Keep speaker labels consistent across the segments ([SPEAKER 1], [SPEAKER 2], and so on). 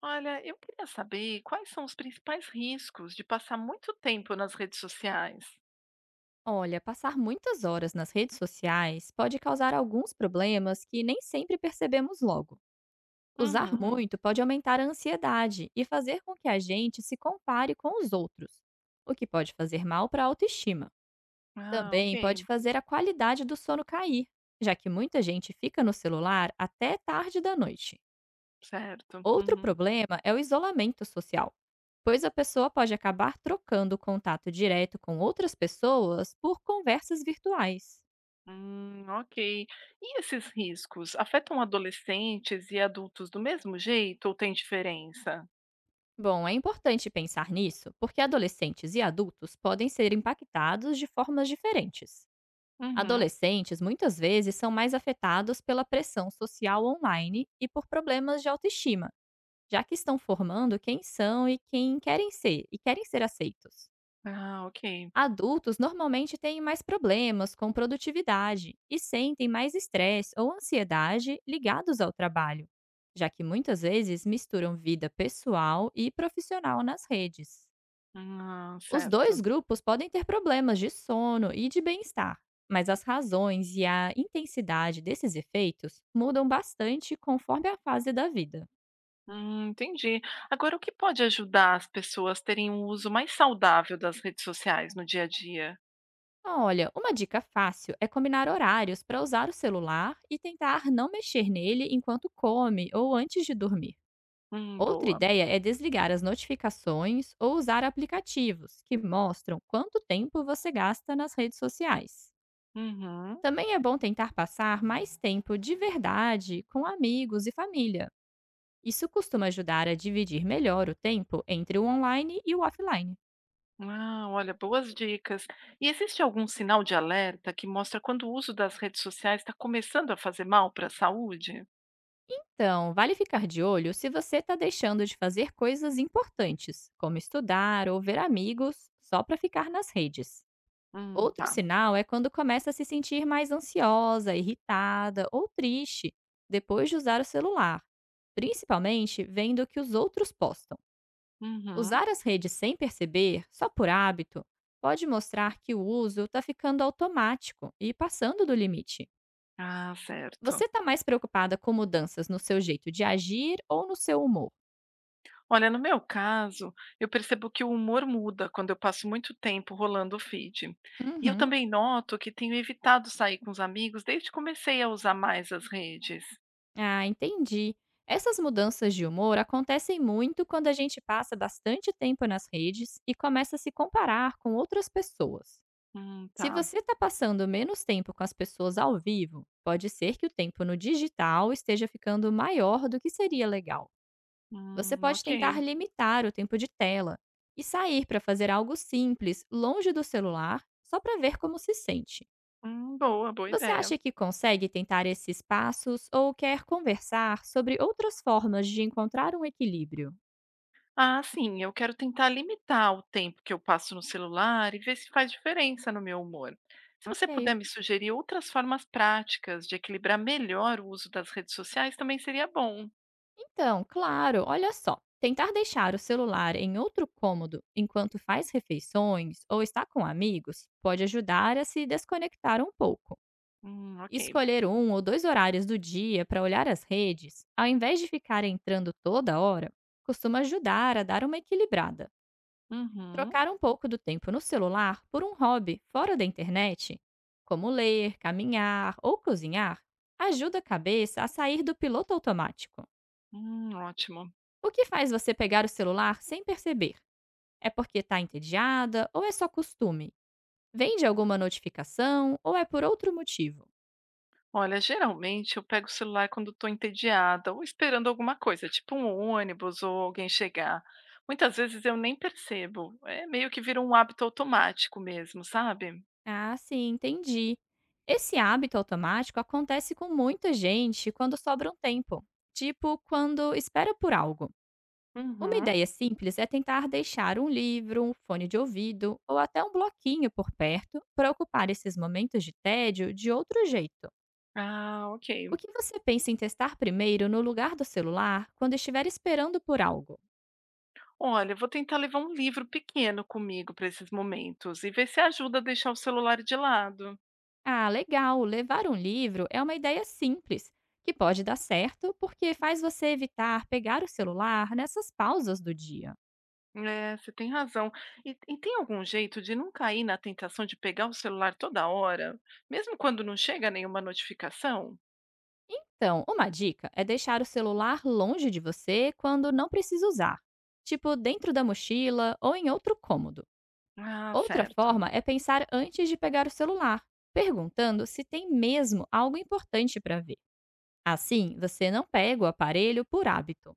[SPEAKER 1] Olha, eu queria saber quais são os principais riscos de passar muito tempo nas redes sociais.
[SPEAKER 2] Olha, passar muitas horas nas redes sociais pode causar alguns problemas que nem sempre percebemos logo. Usar
[SPEAKER 1] Uhum.
[SPEAKER 2] muito pode aumentar a ansiedade e fazer com que a gente se compare com os outros, o que pode fazer mal para a autoestima.
[SPEAKER 1] Ah, ok.
[SPEAKER 2] Também pode fazer a qualidade do sono cair, já que muita gente fica no celular até tarde da noite.
[SPEAKER 1] Certo.
[SPEAKER 2] Outro
[SPEAKER 1] Uhum.
[SPEAKER 2] problema é o isolamento social, pois a pessoa pode acabar trocando o contato direto com outras pessoas por conversas virtuais.
[SPEAKER 1] Ok. E esses riscos afetam adolescentes e adultos do mesmo jeito ou tem diferença?
[SPEAKER 2] Bom, é importante pensar nisso porque adolescentes e adultos podem ser impactados de formas diferentes.
[SPEAKER 1] Uhum.
[SPEAKER 2] Adolescentes muitas vezes são mais afetados pela pressão social online e por problemas de autoestima, já que estão formando quem são e quem querem ser e querem ser aceitos.
[SPEAKER 1] Ah, ok.
[SPEAKER 2] Adultos normalmente têm mais problemas com produtividade e sentem mais estresse ou ansiedade ligados ao trabalho, já que muitas vezes misturam vida pessoal e profissional nas redes.
[SPEAKER 1] Ah,
[SPEAKER 2] Os dois
[SPEAKER 1] certo.
[SPEAKER 2] grupos podem ter problemas de sono e de bem-estar, mas as razões e a intensidade desses efeitos mudam bastante conforme a fase da vida.
[SPEAKER 1] Entendi. Agora, o que pode ajudar as pessoas a terem um uso mais saudável das redes sociais no dia a dia?
[SPEAKER 2] Olha, uma dica fácil é combinar horários para usar o celular e tentar não mexer nele enquanto come ou antes de dormir. Outra
[SPEAKER 1] Boa.
[SPEAKER 2] ideia é desligar as notificações ou usar aplicativos que mostram quanto tempo você gasta nas redes sociais.
[SPEAKER 1] Uhum.
[SPEAKER 2] Também é bom tentar passar mais tempo de verdade com amigos e família. Isso costuma ajudar a dividir melhor o tempo entre o online e o offline.
[SPEAKER 1] Ah, olha, boas dicas. E existe algum sinal de alerta que mostra quando o uso das redes sociais está começando a fazer mal para a saúde?
[SPEAKER 2] Então, vale ficar de olho se você está deixando de fazer coisas importantes, como estudar ou ver amigos, só para ficar nas redes. Outro
[SPEAKER 1] Tá.
[SPEAKER 2] sinal é quando começa a se sentir mais ansiosa, irritada ou triste depois de usar o celular, principalmente vendo o que os outros postam.
[SPEAKER 1] Uhum.
[SPEAKER 2] Usar as redes sem perceber, só por hábito, pode mostrar que o uso está ficando automático e passando do limite.
[SPEAKER 1] Ah,
[SPEAKER 2] Você
[SPEAKER 1] certo.
[SPEAKER 2] está mais preocupada com mudanças no seu jeito de agir ou no seu humor?
[SPEAKER 1] Olha, no meu caso, eu percebo que o humor muda quando eu passo muito tempo rolando o feed. E eu
[SPEAKER 2] Uhum.
[SPEAKER 1] também noto que tenho evitado sair com os amigos desde que comecei a usar mais as redes.
[SPEAKER 2] Ah, entendi. Essas mudanças de humor acontecem muito quando a gente passa bastante tempo nas redes e começa a se comparar com outras pessoas. Se
[SPEAKER 1] Tá.
[SPEAKER 2] você está passando menos tempo com as pessoas ao vivo, pode ser que o tempo no digital esteja ficando maior do que seria legal. Você pode
[SPEAKER 1] Ok.
[SPEAKER 2] tentar limitar o tempo de tela e sair para fazer algo simples, longe do celular, só para ver como se sente.
[SPEAKER 1] Boa, boa
[SPEAKER 2] Você
[SPEAKER 1] ideia.
[SPEAKER 2] acha que consegue tentar esses passos ou quer conversar sobre outras formas de encontrar um equilíbrio?
[SPEAKER 1] Ah, sim, eu quero tentar limitar o tempo que eu passo no celular e ver se faz diferença no meu humor. Se você
[SPEAKER 2] Ok.
[SPEAKER 1] puder me sugerir outras formas práticas de equilibrar melhor o uso das redes sociais, também seria bom.
[SPEAKER 2] Então, claro, olha só. Tentar deixar o celular em outro cômodo enquanto faz refeições ou está com amigos pode ajudar a se desconectar um pouco.
[SPEAKER 1] Ok.
[SPEAKER 2] Escolher um ou dois horários do dia para olhar as redes, ao invés de ficar entrando toda hora, costuma ajudar a dar uma equilibrada.
[SPEAKER 1] Uhum.
[SPEAKER 2] Trocar um pouco do tempo no celular por um hobby fora da internet, como ler, caminhar ou cozinhar, ajuda a cabeça a sair do piloto automático.
[SPEAKER 1] Ótimo.
[SPEAKER 2] O que faz você pegar o celular sem perceber? É porque está entediada ou é só costume? Vem de alguma notificação ou é por outro motivo?
[SPEAKER 1] Olha, geralmente eu pego o celular quando estou entediada ou esperando alguma coisa, tipo um ônibus ou alguém chegar. Muitas vezes eu nem percebo. É meio que vira um hábito automático mesmo, sabe?
[SPEAKER 2] Ah, sim, entendi. Esse hábito automático acontece com muita gente quando sobra um tempo, tipo quando espera por algo. Uma
[SPEAKER 1] Uhum.
[SPEAKER 2] ideia simples é tentar deixar um livro, um fone de ouvido ou até um bloquinho por perto para ocupar esses momentos de tédio de outro jeito.
[SPEAKER 1] Ah,
[SPEAKER 2] O
[SPEAKER 1] ok.
[SPEAKER 2] que você pensa em testar primeiro no lugar do celular quando estiver esperando por algo?
[SPEAKER 1] Olha, eu vou tentar levar um livro pequeno comigo para esses momentos e ver se ajuda a deixar o celular de lado.
[SPEAKER 2] Ah, legal! Levar um livro é uma ideia simples, que pode dar certo porque faz você evitar pegar o celular nessas pausas do dia.
[SPEAKER 1] É, você tem razão. E tem algum jeito de não cair na tentação de pegar o celular toda hora, mesmo quando não chega nenhuma notificação?
[SPEAKER 2] Então, uma dica é deixar o celular longe de você quando não precisa usar, tipo dentro da mochila ou em outro cômodo.
[SPEAKER 1] Ah,
[SPEAKER 2] Outra
[SPEAKER 1] certo.
[SPEAKER 2] forma é pensar antes de pegar o celular, perguntando se tem mesmo algo importante para ver. Assim, você não pega o aparelho por hábito.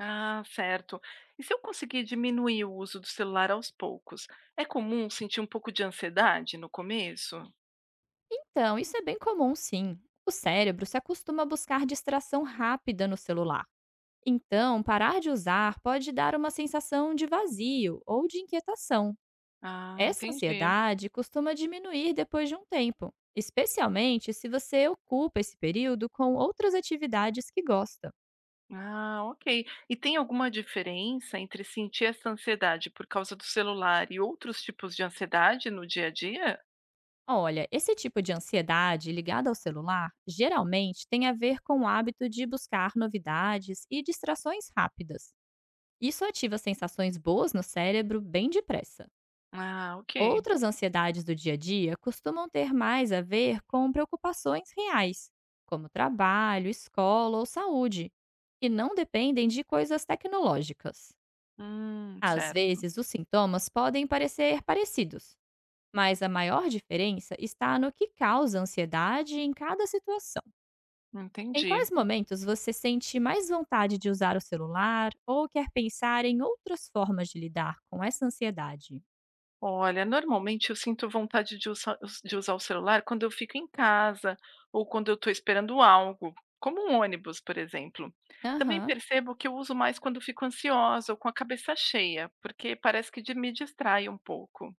[SPEAKER 1] Ah, certo. E se eu conseguir diminuir o uso do celular aos poucos, é comum sentir um pouco de ansiedade no começo?
[SPEAKER 2] Então, isso é bem comum, sim. O cérebro se acostuma a buscar distração rápida no celular. Então, parar de usar pode dar uma sensação de vazio ou de inquietação.
[SPEAKER 1] Ah,
[SPEAKER 2] Essa
[SPEAKER 1] entendi.
[SPEAKER 2] ansiedade costuma diminuir depois de um tempo, especialmente se você ocupa esse período com outras atividades que gosta.
[SPEAKER 1] Ah, ok. E tem alguma diferença entre sentir essa ansiedade por causa do celular e outros tipos de ansiedade no dia a dia?
[SPEAKER 2] Olha, esse tipo de ansiedade ligada ao celular geralmente tem a ver com o hábito de buscar novidades e distrações rápidas. Isso ativa sensações boas no cérebro bem depressa.
[SPEAKER 1] Ah, ok.
[SPEAKER 2] Outras ansiedades do dia a dia costumam ter mais a ver com preocupações reais, como trabalho, escola ou saúde, e não dependem de coisas tecnológicas. Às
[SPEAKER 1] Certo.
[SPEAKER 2] vezes, os sintomas podem parecer parecidos, mas a maior diferença está no que causa ansiedade em cada situação. Em
[SPEAKER 1] Entendi.
[SPEAKER 2] quais momentos você sente mais vontade de usar o celular ou quer pensar em outras formas de lidar com essa ansiedade?
[SPEAKER 1] Olha, normalmente eu sinto vontade de usar o celular quando eu fico em casa ou quando eu estou esperando algo, como um ônibus, por exemplo. Também
[SPEAKER 2] Aham,
[SPEAKER 1] percebo que eu uso mais quando fico ansiosa ou com a cabeça cheia, porque parece que me distrai um pouco.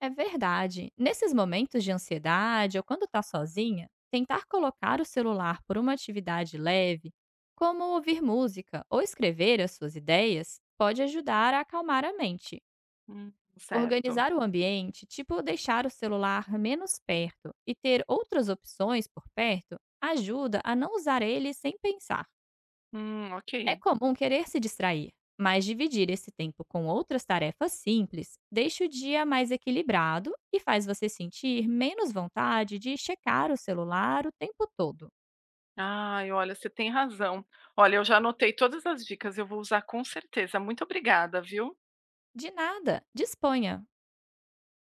[SPEAKER 2] é verdade. Nesses momentos de ansiedade ou quando está sozinha, tentar colocar o celular por uma atividade leve, como ouvir música ou escrever as suas ideias, pode ajudar a acalmar a mente.
[SPEAKER 1] Hum, certo.
[SPEAKER 2] Organizar o ambiente, tipo deixar o celular menos perto e ter outras opções por perto, ajuda a não usar ele sem pensar.
[SPEAKER 1] Ok.
[SPEAKER 2] É comum querer se distrair, mas dividir esse tempo com outras tarefas simples deixa o dia mais equilibrado e faz você sentir menos vontade de checar o celular o tempo todo.
[SPEAKER 1] Ai, olha, você tem razão. Olha, eu já anotei todas as dicas, eu vou usar com certeza. Muito obrigada, viu?
[SPEAKER 2] De nada, disponha!